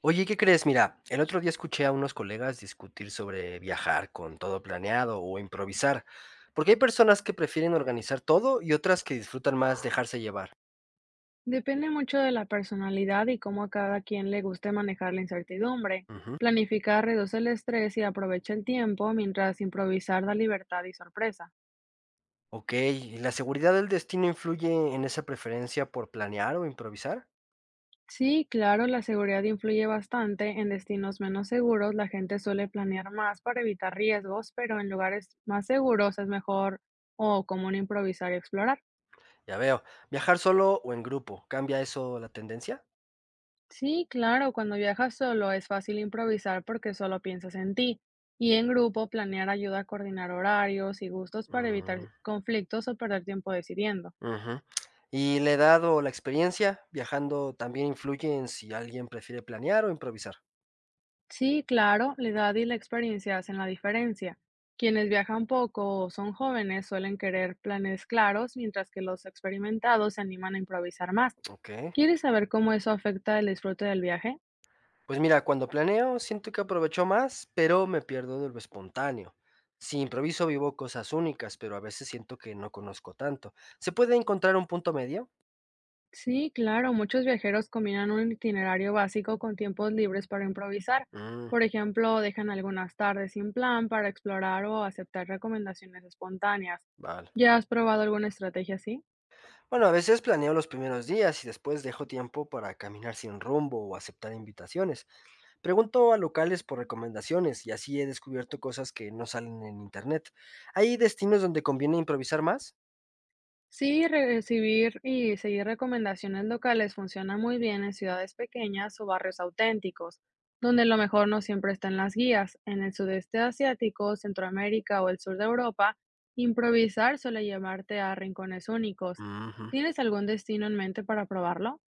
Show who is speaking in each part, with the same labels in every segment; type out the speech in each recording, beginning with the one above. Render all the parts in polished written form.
Speaker 1: Oye, ¿qué crees? Mira, el otro día escuché a unos colegas discutir sobre viajar con todo planeado o improvisar, porque hay personas que prefieren organizar todo y otras que disfrutan más dejarse llevar.
Speaker 2: Depende mucho de la personalidad y cómo a cada quien le guste manejar la incertidumbre.
Speaker 1: Ujú.
Speaker 2: Planificar reduce el estrés y aprovecha el tiempo, mientras improvisar da libertad y sorpresa.
Speaker 1: Ok, ¿la seguridad del destino influye en esa preferencia por planear o improvisar?
Speaker 2: Sí, claro, la seguridad influye bastante. En destinos menos seguros, la gente suele planear más para evitar riesgos, pero en lugares más seguros es mejor o común improvisar y explorar.
Speaker 1: Ya veo, ¿viajar solo o en grupo? ¿Cambia eso la tendencia?
Speaker 2: Sí, claro, cuando viajas solo es fácil improvisar porque solo piensas en ti. Y en grupo, planear ayuda a coordinar horarios y gustos para
Speaker 1: Mm,
Speaker 2: evitar conflictos o perder tiempo decidiendo.
Speaker 1: ujú. ¿Y la edad o la experiencia viajando también influye en si alguien prefiere planear o improvisar?
Speaker 2: Sí, claro, la edad y la experiencia hacen la diferencia. Quienes viajan poco o son jóvenes suelen querer planes claros, mientras que los experimentados se animan a improvisar más.
Speaker 1: Ok.
Speaker 2: ¿Quieres saber cómo eso afecta el disfrute del viaje?
Speaker 1: Pues mira, cuando planeo siento que aprovecho más, pero me pierdo de lo espontáneo. Si improviso vivo cosas únicas, pero a veces siento que no conozco tanto. ¿Se puede encontrar un punto medio?
Speaker 2: Sí, claro, muchos viajeros combinan un itinerario básico con tiempos libres para improvisar.
Speaker 1: Mm,
Speaker 2: Por ejemplo, dejan algunas tardes sin plan para explorar o aceptar recomendaciones espontáneas.
Speaker 1: vale.
Speaker 2: ¿Ya has probado alguna estrategia así?
Speaker 1: Bueno, a veces planeo los primeros días y después dejo tiempo para caminar sin rumbo o aceptar invitaciones. Pregunto a locales por recomendaciones y así he descubierto cosas que no salen en internet. ¿Hay destinos donde conviene improvisar más?
Speaker 2: Sí, recibir y seguir recomendaciones locales funciona muy bien en ciudades pequeñas o barrios auténticos, donde lo mejor no siempre está en las guías. En el sudeste asiático, Centroamérica o el sur de Europa, improvisar suele llevarte a rincones únicos.
Speaker 1: Ujú.
Speaker 2: ¿Tienes algún destino en mente para probarlo?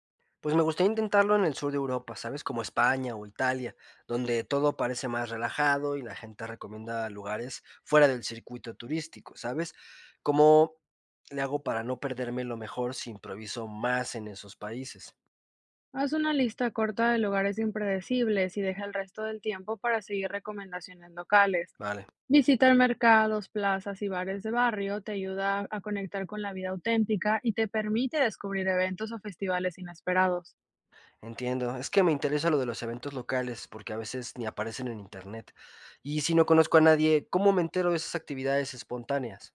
Speaker 1: Pues me gustaría intentarlo en el sur de Europa, ¿sabes? Como España o Italia, donde todo parece más relajado y la gente recomienda lugares fuera del circuito turístico, ¿sabes? ¿Cómo le hago para no perderme lo mejor si improviso más en esos países?
Speaker 2: Haz una lista corta de lugares impredecibles y deja el resto del tiempo para seguir recomendaciones locales.
Speaker 1: Vale,
Speaker 2: Visitar mercados, plazas y bares de barrio te ayuda a conectar con la vida auténtica y te permite descubrir eventos o festivales inesperados.
Speaker 1: entiendo. Es que me interesa lo de los eventos locales, porque a veces ni aparecen en internet. Y si no conozco a nadie, ¿cómo me entero de esas actividades espontáneas?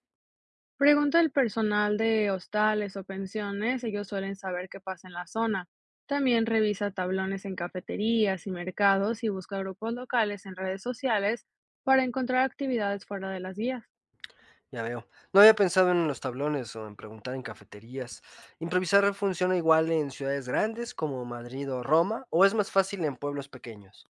Speaker 2: Pregunta al personal de hostales o pensiones, ellos suelen saber qué pasa en la zona. También revisa tablones en cafeterías y mercados y busca grupos locales en redes sociales para encontrar actividades fuera de las guías.
Speaker 1: Ya veo. No había pensado en los tablones o en preguntar en cafeterías. ¿Improvisar funciona igual en ciudades grandes como Madrid o Roma o es más fácil en pueblos pequeños?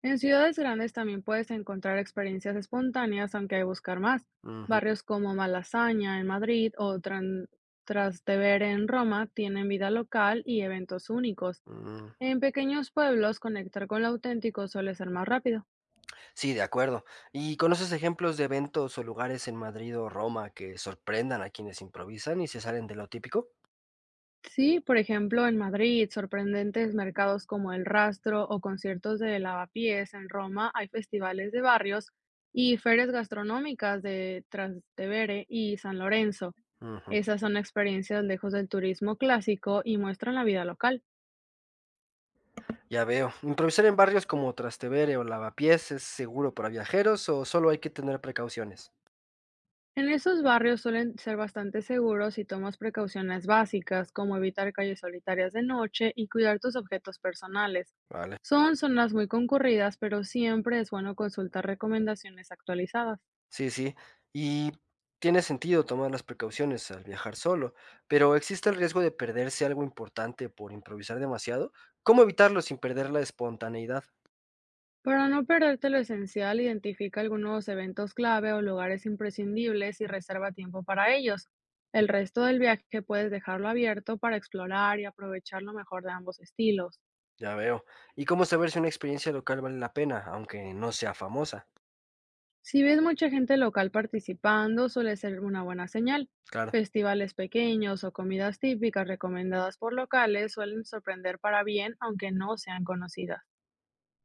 Speaker 2: En ciudades grandes también puedes encontrar experiencias espontáneas, aunque hay que buscar más.
Speaker 1: Ujú,
Speaker 2: Barrios como Malasaña en Madrid o Trastevere en Roma tienen vida local y eventos únicos.
Speaker 1: mm.
Speaker 2: En pequeños pueblos, conectar con lo auténtico suele ser más rápido.
Speaker 1: Sí, de acuerdo. ¿Y conoces ejemplos de eventos o lugares en Madrid o Roma que sorprendan a quienes improvisan y se salen de lo típico?
Speaker 2: Sí, por ejemplo, en Madrid, sorprendentes mercados como El Rastro o conciertos de Lavapiés. En Roma hay festivales de barrios y ferias gastronómicas de Trastevere y San Lorenzo.
Speaker 1: Ujú,
Speaker 2: Esas son experiencias lejos del turismo clásico y muestran la vida local.
Speaker 1: ya veo. ¿Improvisar en barrios como Trastevere o Lavapiés es seguro para viajeros o solo hay que tener precauciones?
Speaker 2: En esos barrios suelen ser bastante seguros si tomas precauciones básicas, como evitar calles solitarias de noche y cuidar tus objetos personales.
Speaker 1: Vale.
Speaker 2: Son zonas muy concurridas, pero siempre es bueno consultar recomendaciones actualizadas.
Speaker 1: Sí, sí. Y tiene sentido tomar las precauciones al viajar solo, pero ¿existe el riesgo de perderse algo importante por improvisar demasiado? ¿Cómo evitarlo sin perder la espontaneidad?
Speaker 2: Para no perderte lo esencial, identifica algunos eventos clave o lugares imprescindibles y reserva tiempo para ellos. El resto del viaje puedes dejarlo abierto para explorar y aprovechar lo mejor de ambos estilos.
Speaker 1: Ya veo. ¿Y cómo saber si una experiencia local vale la pena, aunque no sea famosa?
Speaker 2: Si ves mucha gente local participando, suele ser una buena señal.
Speaker 1: Claro.
Speaker 2: Festivales pequeños o comidas típicas recomendadas por locales suelen sorprender para bien, aunque no sean conocidas.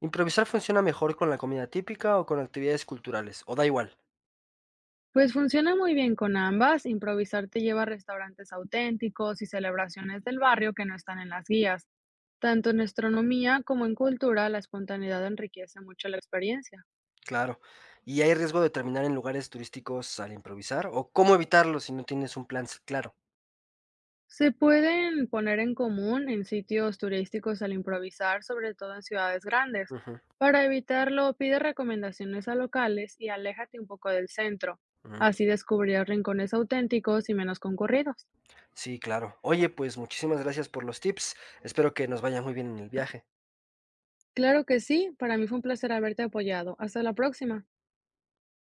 Speaker 1: ¿Improvisar funciona mejor con la comida típica o con actividades culturales? ¿O da igual?
Speaker 2: Pues funciona muy bien con ambas, improvisar te lleva a restaurantes auténticos y celebraciones del barrio que no están en las guías. Tanto en astronomía como en cultura, la espontaneidad enriquece mucho la experiencia.
Speaker 1: Claro. ¿Y hay riesgo de terminar en lugares turísticos al improvisar? ¿O cómo evitarlo si no tienes un plan claro?
Speaker 2: Se pueden poner en común en sitios turísticos al improvisar, sobre todo en ciudades grandes.
Speaker 1: Ujú,
Speaker 2: Para evitarlo, pide recomendaciones a locales y aléjate un poco del centro.
Speaker 1: ujú.
Speaker 2: Así descubrirás rincones auténticos y menos concurridos.
Speaker 1: Sí, claro. Oye, pues muchísimas gracias por los tips. Espero que nos vaya muy bien en el viaje.
Speaker 2: Claro que sí, para mí fue un placer haberte apoyado. Hasta la próxima.